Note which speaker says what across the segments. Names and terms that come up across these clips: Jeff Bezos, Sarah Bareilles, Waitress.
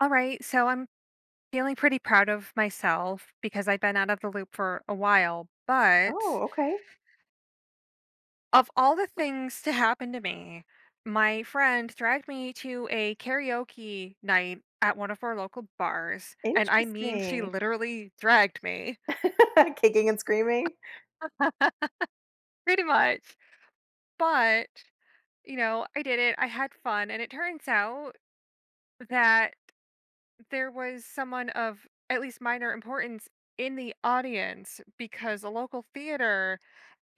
Speaker 1: All right, so I'm feeling pretty proud of myself because I've been out of the loop for a while. But
Speaker 2: Oh, okay.
Speaker 1: of all the things to happen to me, my friend dragged me to a karaoke night at one of our local bars. And I mean, she
Speaker 2: Interesting.
Speaker 1: literally dragged me,
Speaker 2: Kicking and screaming?
Speaker 1: pretty much. But, you know, I did it, I had fun. And it turns out that there was someone of at least minor importance in the audience because a local theater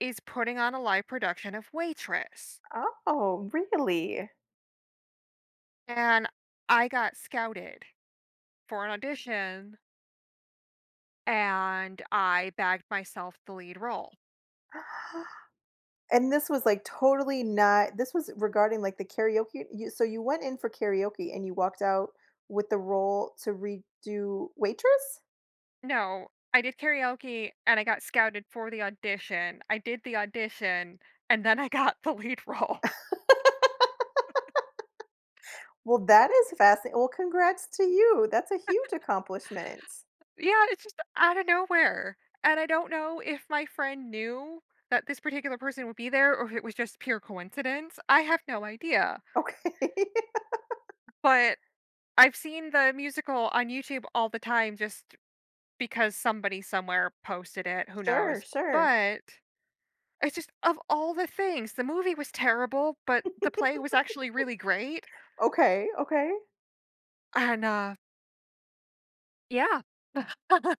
Speaker 1: is putting on a live production of Waitress.
Speaker 2: Oh, really?
Speaker 1: And I got scouted for an audition and I bagged myself the lead role.
Speaker 2: And this was, like, totally not— this was regarding, like, the karaoke— you— so you went in for karaoke and you walked out with the role to redo Waitress?
Speaker 1: No, I did karaoke and I got scouted for the audition. I did the audition and then I got the lead role.
Speaker 2: Well, that is fascinating. Well, congrats to you. That's a huge accomplishment.
Speaker 1: Yeah, it's just out of nowhere. And I don't know if my friend knew that this particular person would be there or if it was just pure coincidence. I have no idea.
Speaker 2: Okay.
Speaker 1: But I've seen the musical on YouTube all the time, just because somebody somewhere posted it, who
Speaker 2: Sure,
Speaker 1: knows?
Speaker 2: sure.
Speaker 1: But it's just of all the things, the movie was terrible, but the play was actually really great,
Speaker 2: Okay, okay.
Speaker 1: and, yeah,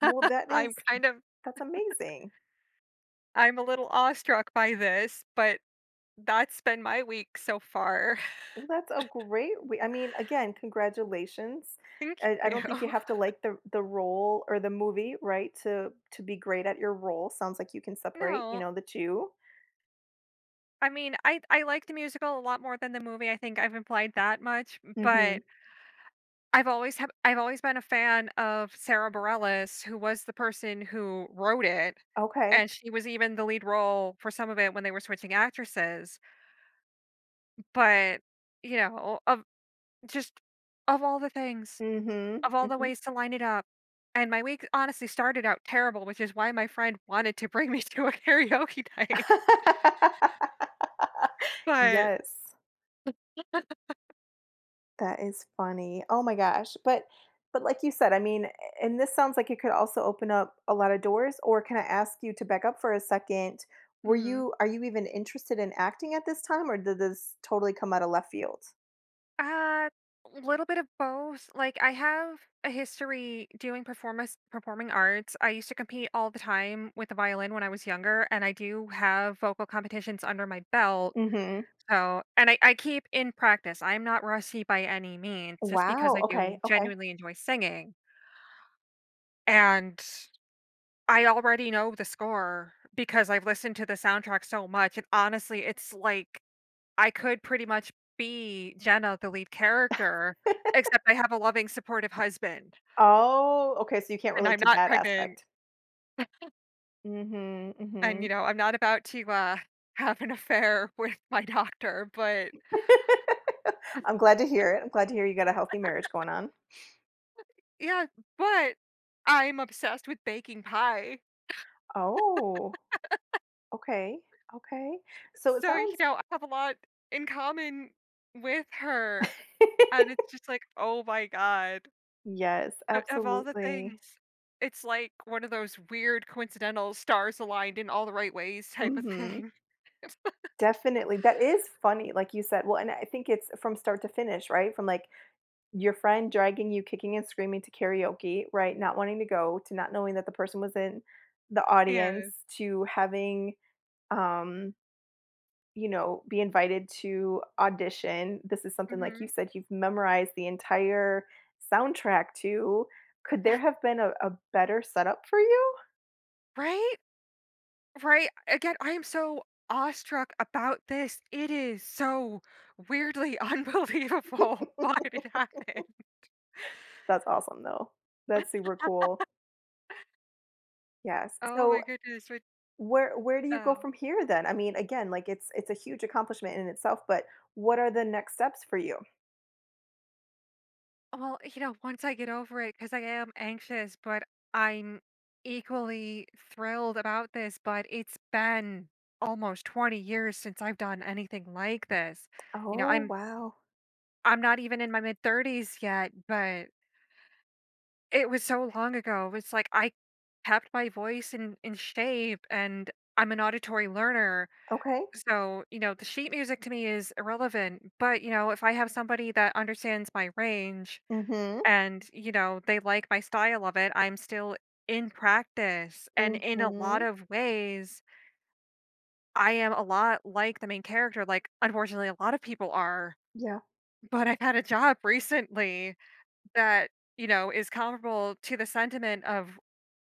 Speaker 2: Well, that
Speaker 1: I'm
Speaker 2: is—
Speaker 1: kind of
Speaker 2: that's amazing.
Speaker 1: I'm a little awestruck by this, but that's been my week so far.
Speaker 2: Well, that's a great way— I mean, again, congratulations.
Speaker 1: Thank
Speaker 2: I
Speaker 1: you.
Speaker 2: don't think you have to like the role or the movie, right, to be great at your role. Sounds like you can separate, you
Speaker 1: No,
Speaker 2: know, the 2.
Speaker 1: I mean, I like the musical a lot more than the movie, I think I've implied that much, but
Speaker 2: Mhm.
Speaker 1: I've always been a fan of Sarah Bareilles, who was the person who wrote it,
Speaker 2: Okay.
Speaker 1: and she was even the lead role for some of it when they were switching actresses, but, you know, just of all the things,
Speaker 2: Mhm,
Speaker 1: of all the
Speaker 2: mhm.
Speaker 1: ways to line it up, and my week honestly started out terrible, which is why my friend wanted to bring me to a karaoke night, but
Speaker 2: Yes. That is funny. Oh my gosh. But like you said, I mean, and this sounds like it could also open up a lot of doors. Or can I ask you to back up for a second? Were
Speaker 1: mhm.
Speaker 2: you— are you even interested in acting at this time, or did this totally come out of left field?
Speaker 1: Uh, a little bit of both. Like I have a history doing performance performing arts. I used to compete all the time with the violin when I was younger, and I do have vocal competitions under my belt.
Speaker 2: Mhm.
Speaker 1: So, and I keep in practice. I'm not rusty by any means, just because
Speaker 2: Wow.
Speaker 1: I do
Speaker 2: Okay. Okay.
Speaker 1: genuinely enjoy singing. And I already know the score because I've listened to the soundtrack so much. And honestly, it's like I could pretty much be Jenna, the lead character, except I have a loving, supportive husband,
Speaker 2: Oh, okay, so you can't
Speaker 1: and
Speaker 2: relate
Speaker 1: I'm
Speaker 2: to
Speaker 1: not
Speaker 2: that
Speaker 1: pregnant,
Speaker 2: aspect. Mhm.
Speaker 1: and, you
Speaker 2: Mhm.
Speaker 1: know, I'm not about to, have an affair with my doctor, but
Speaker 2: I'm glad to hear it. I'm glad to hear you got a healthy marriage going on.
Speaker 1: yeah, but I'm obsessed with baking pie.
Speaker 2: Oh, okay. Okay. So it
Speaker 1: So, you
Speaker 2: sounds—
Speaker 1: know, I have a lot in common with her, and it's just like, "Oh my god,"
Speaker 2: Yes,
Speaker 1: o of all the
Speaker 2: absolutely.
Speaker 1: things. It's like one of those weird coincidental stars aligned in all the right ways type of
Speaker 2: Mhm.
Speaker 1: thing.
Speaker 2: Definitely. That is funny, like you said. Well, and I think it's from start to finish, right? From, like, your friend dragging you kicking and screaming to karaoke, right? Not wanting to go, to not knowing that the person was in the audience,
Speaker 1: Yeah,
Speaker 2: to having, um, you know, be invited to audition. This is something, like you
Speaker 1: mhm.
Speaker 2: said, you've memorized the entire soundtrack to. Could there have been a better setup for you?
Speaker 1: Right? Right? Again, I am so awestruck about this. It is so weirdly unbelievable why it happened.
Speaker 2: That's awesome, though. That's super cool. Yes.
Speaker 1: Oh my
Speaker 2: So
Speaker 1: goodness. But,
Speaker 2: where do you go
Speaker 1: oh.
Speaker 2: from here then? I mean, again, like it's a huge accomplishment in itself, but what are the next steps for you?
Speaker 1: Well, you know, once I get over it, because I am anxious, but I'm equally thrilled about this. But it's been almost 20 years since I've done anything like this. You know,
Speaker 2: Oh,
Speaker 1: I'm
Speaker 2: wow.
Speaker 1: I'm not even in my mid 30s yet, but it was so long ago, it's like I kept my voice in shape, and I'm an auditory learner,
Speaker 2: Okay.
Speaker 1: so, you know, the sheet music to me is irrelevant, but, you know, if I have somebody that understands my range
Speaker 2: Mhm.
Speaker 1: and, you know, they like my style of it, I'm still in practice, and in a lot
Speaker 2: Mhm.
Speaker 1: of ways, I am a lot like the main character, like, unfortunately, a lot of people are,
Speaker 2: Yeah.
Speaker 1: but I've had a job recently that, you know, is comparable to the sentiment of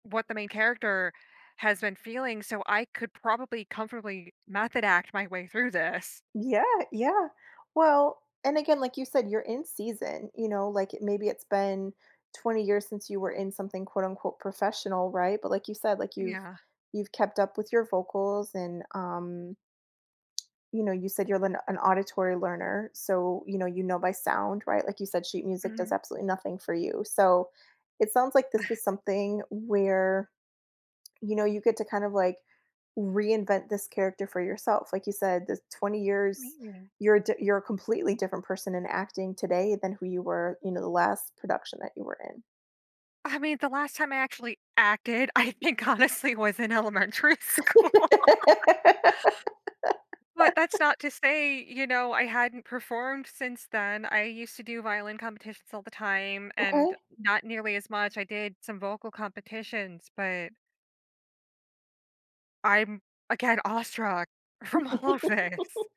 Speaker 1: what the main character has been feeling, so I could probably comfortably method act my way through this.
Speaker 2: Yeah, yeah. Well, and again, like you said, you're in season, you know, like it- maybe it's been 20 years since you were in something quote unquote professional, right? But like you said, like
Speaker 1: Yeah.
Speaker 2: you've kept up with your vocals and you know, you said you're an auditory learner, so, you know by sound, right? Like you said, sheet music does
Speaker 1: Mhm.
Speaker 2: absolutely nothing for you. So, it sounds like this is something where, you know, you get to kind of like reinvent this character for yourself. Like you said, the 20 years—
Speaker 1: Amazing.
Speaker 2: you're a di— you're a completely different person in acting today than who you were, you know, the last production that you were in.
Speaker 1: I mean, the last time I actually acted, I think honestly was in elementary school. But that's not to say, you know, I hadn't performed since then. I used to do violin competitions all the time and
Speaker 2: Okay.
Speaker 1: not nearly as much. I did some vocal competitions, but I'm again awestruck from all of this.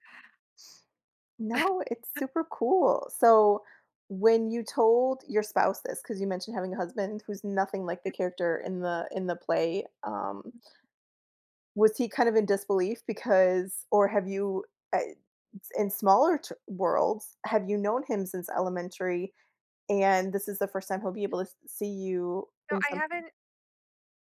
Speaker 2: No, it's super cool. So, when you told your spouse this, because you mentioned having a husband who's nothing like the character in the play, was he kind of in disbelief because, or have you, uh, in smaller t- worlds, have you known him since elementary, and this is the first time he'll be able to s- see you
Speaker 1: No,
Speaker 2: in something?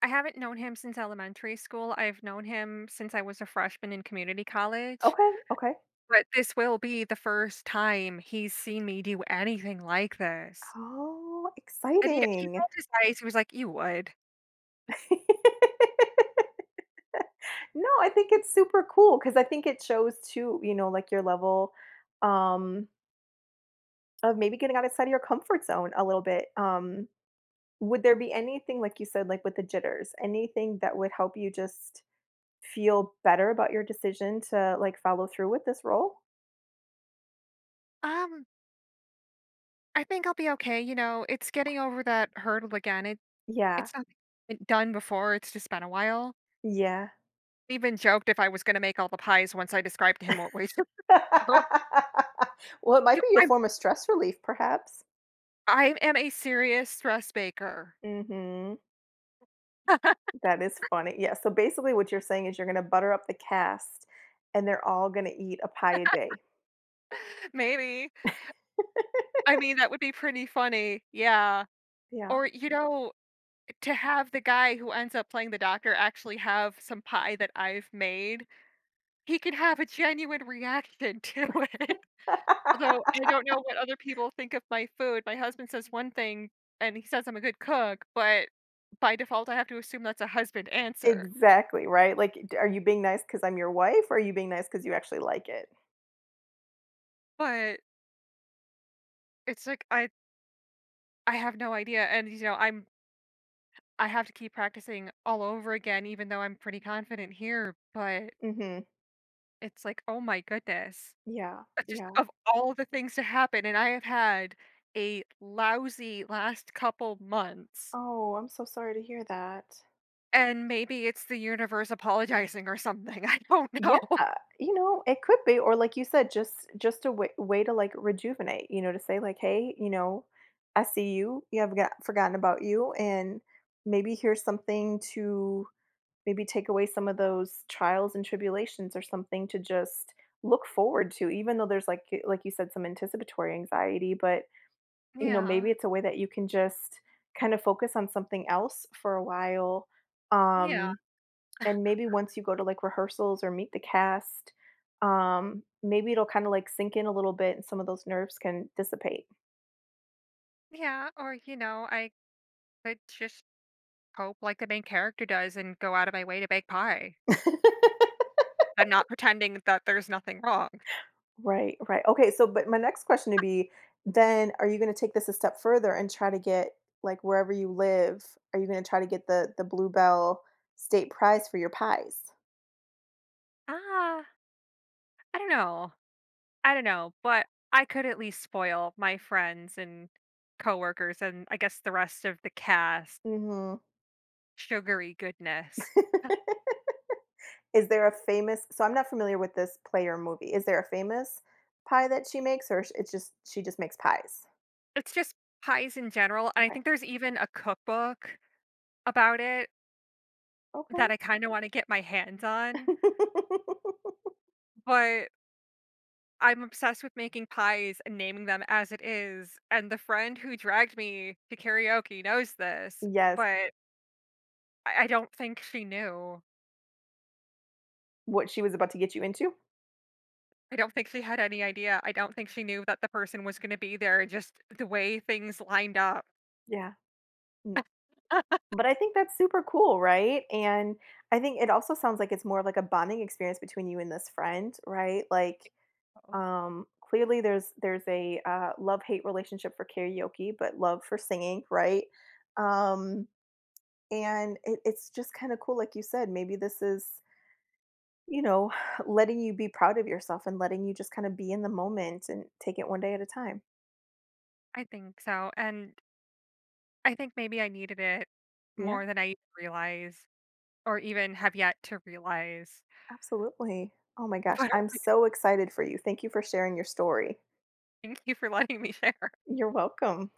Speaker 1: I haven't known him since elementary school. I've known him since I was a freshman in community college,
Speaker 2: Okay, okay.
Speaker 1: but this will be the first time he's seen me do anything like this.
Speaker 2: Oh,
Speaker 1: And he
Speaker 2: exciting.
Speaker 1: rolled his eyes, he was like, "You would."
Speaker 2: No, I think it's super cool because I think it shows too, you know, like your level um, of maybe getting outside of your comfort zone a little bit. Would there be anything, like you said, like with the jitters, anything that would help you just feel better about your decision to like follow through with this role?
Speaker 1: "Um, I think I'll be okay, you know, it's getting over that hurdle again. It
Speaker 2: Yeah,
Speaker 1: it's not done before, it's just been a while."
Speaker 2: yeah.
Speaker 1: Even joked if I was gonna make all the pies once I described to him what way to go.
Speaker 2: Well, it might
Speaker 1: You
Speaker 2: be your
Speaker 1: I'm
Speaker 2: form of stress relief, perhaps.
Speaker 1: I am a serious stress baker.
Speaker 2: Mm-hmm. That is funny. Yeah. So basically, what you're saying is you're going to butter up the cast and they're all going to eat a pie a day.
Speaker 1: Maybe. I mean, that would be pretty funny, yeah.
Speaker 2: Yeah.
Speaker 1: Or, you know, to have the guy who ends up playing the doctor actually have some pie that I've made, he could have a genuine reaction to it. Although, I don't know what other people think of my food. My husband says one thing, and he says I'm a good cook, but by default, I have to assume that's a husband answer.
Speaker 2: Exactly, right? Like, d- are you being nice because 'cause I'm your wife, or are you being nice because you actually like it?
Speaker 1: But it's like I have no idea, and, you know, I have to keep practicing all over again even though I'm pretty confident here, but
Speaker 2: Mhm.
Speaker 1: it's like, "Oh my goodness."
Speaker 2: Yeah,
Speaker 1: But just
Speaker 2: yeah.
Speaker 1: of all the things to happen, and I have had a lousy last couple months,
Speaker 2: Oh, I'm so sorry to hear that.
Speaker 1: and maybe it's the universe apologizing or something, I don't know.
Speaker 2: Yeah, you know, it could be, or like you said, just a way to, like, rejuvenate, you know, to say like, "Hey, you know, I see you, you have— got forgotten about you, and maybe here's something to" maybe take away some of those trials and tribulations, or something to just look forward to, even though there's like— like you said, some anticipatory anxiety. But you know,
Speaker 1: Yeah.
Speaker 2: maybe it's a way that you can just kind of focus on something else for a while,
Speaker 1: Yeah.
Speaker 2: um and maybe once you go to like rehearsals or meet the cast, maybe it'll kind of like sink in a little bit and some of those nerves can dissipate.
Speaker 1: Yeah, or, you know, I could just cope like the main character does and go out of my way to bake pie. I'm not pretending that there's nothing wrong.
Speaker 2: Right, right. Okay, so but my next question would be then, are you going to take this a step further and try to get— like wherever you live, are you going to try to get the Bluebell state prize for your pies?
Speaker 1: Ah, I don't know. I don't know, but I could at least spoil my friends and coworkers and I guess the rest of the cast
Speaker 2: Mhm.
Speaker 1: sugary goodness.
Speaker 2: Is there a famous— so I'm not familiar with this play or movie. Is there a famous pie that she makes, or sh- it's just— she just makes pies?
Speaker 1: It's just pies in general, and I
Speaker 2: Okay.
Speaker 1: think there's even a cookbook about it
Speaker 2: Okay.
Speaker 1: that I kinda wanna get my hands on, but I'm obsessed with making pies and naming them as it is, and the friend who dragged me to karaoke knows this,
Speaker 2: Yes.
Speaker 1: but I don't think she knew.
Speaker 2: What she was about to get you into?
Speaker 1: I don't think she had any idea. I don't think she knew that the person was going to be there, just the way things lined up.
Speaker 2: Yeah. But I think that's super cool, right? And I think it also sounds like it's more of like a bonding experience between you and this friend, right? Like,
Speaker 1: Oh,
Speaker 2: clearly there's a love hate relationship for karaoke, but love for singing, right? Um, and it, it's just kind of cool, like you said. Maybe this is, you know, letting you be proud of yourself and letting you just kind of be in the moment and take it one day at a time.
Speaker 1: I think so. And I think maybe I needed it
Speaker 2: Yeah,
Speaker 1: more than I realize or even have yet to realize.
Speaker 2: absolutely. Oh my gosh,
Speaker 1: But oh
Speaker 2: I'm
Speaker 1: my God,
Speaker 2: so excited for you. Thank you for sharing your story.
Speaker 1: thank you for letting me share.
Speaker 2: You're welcome.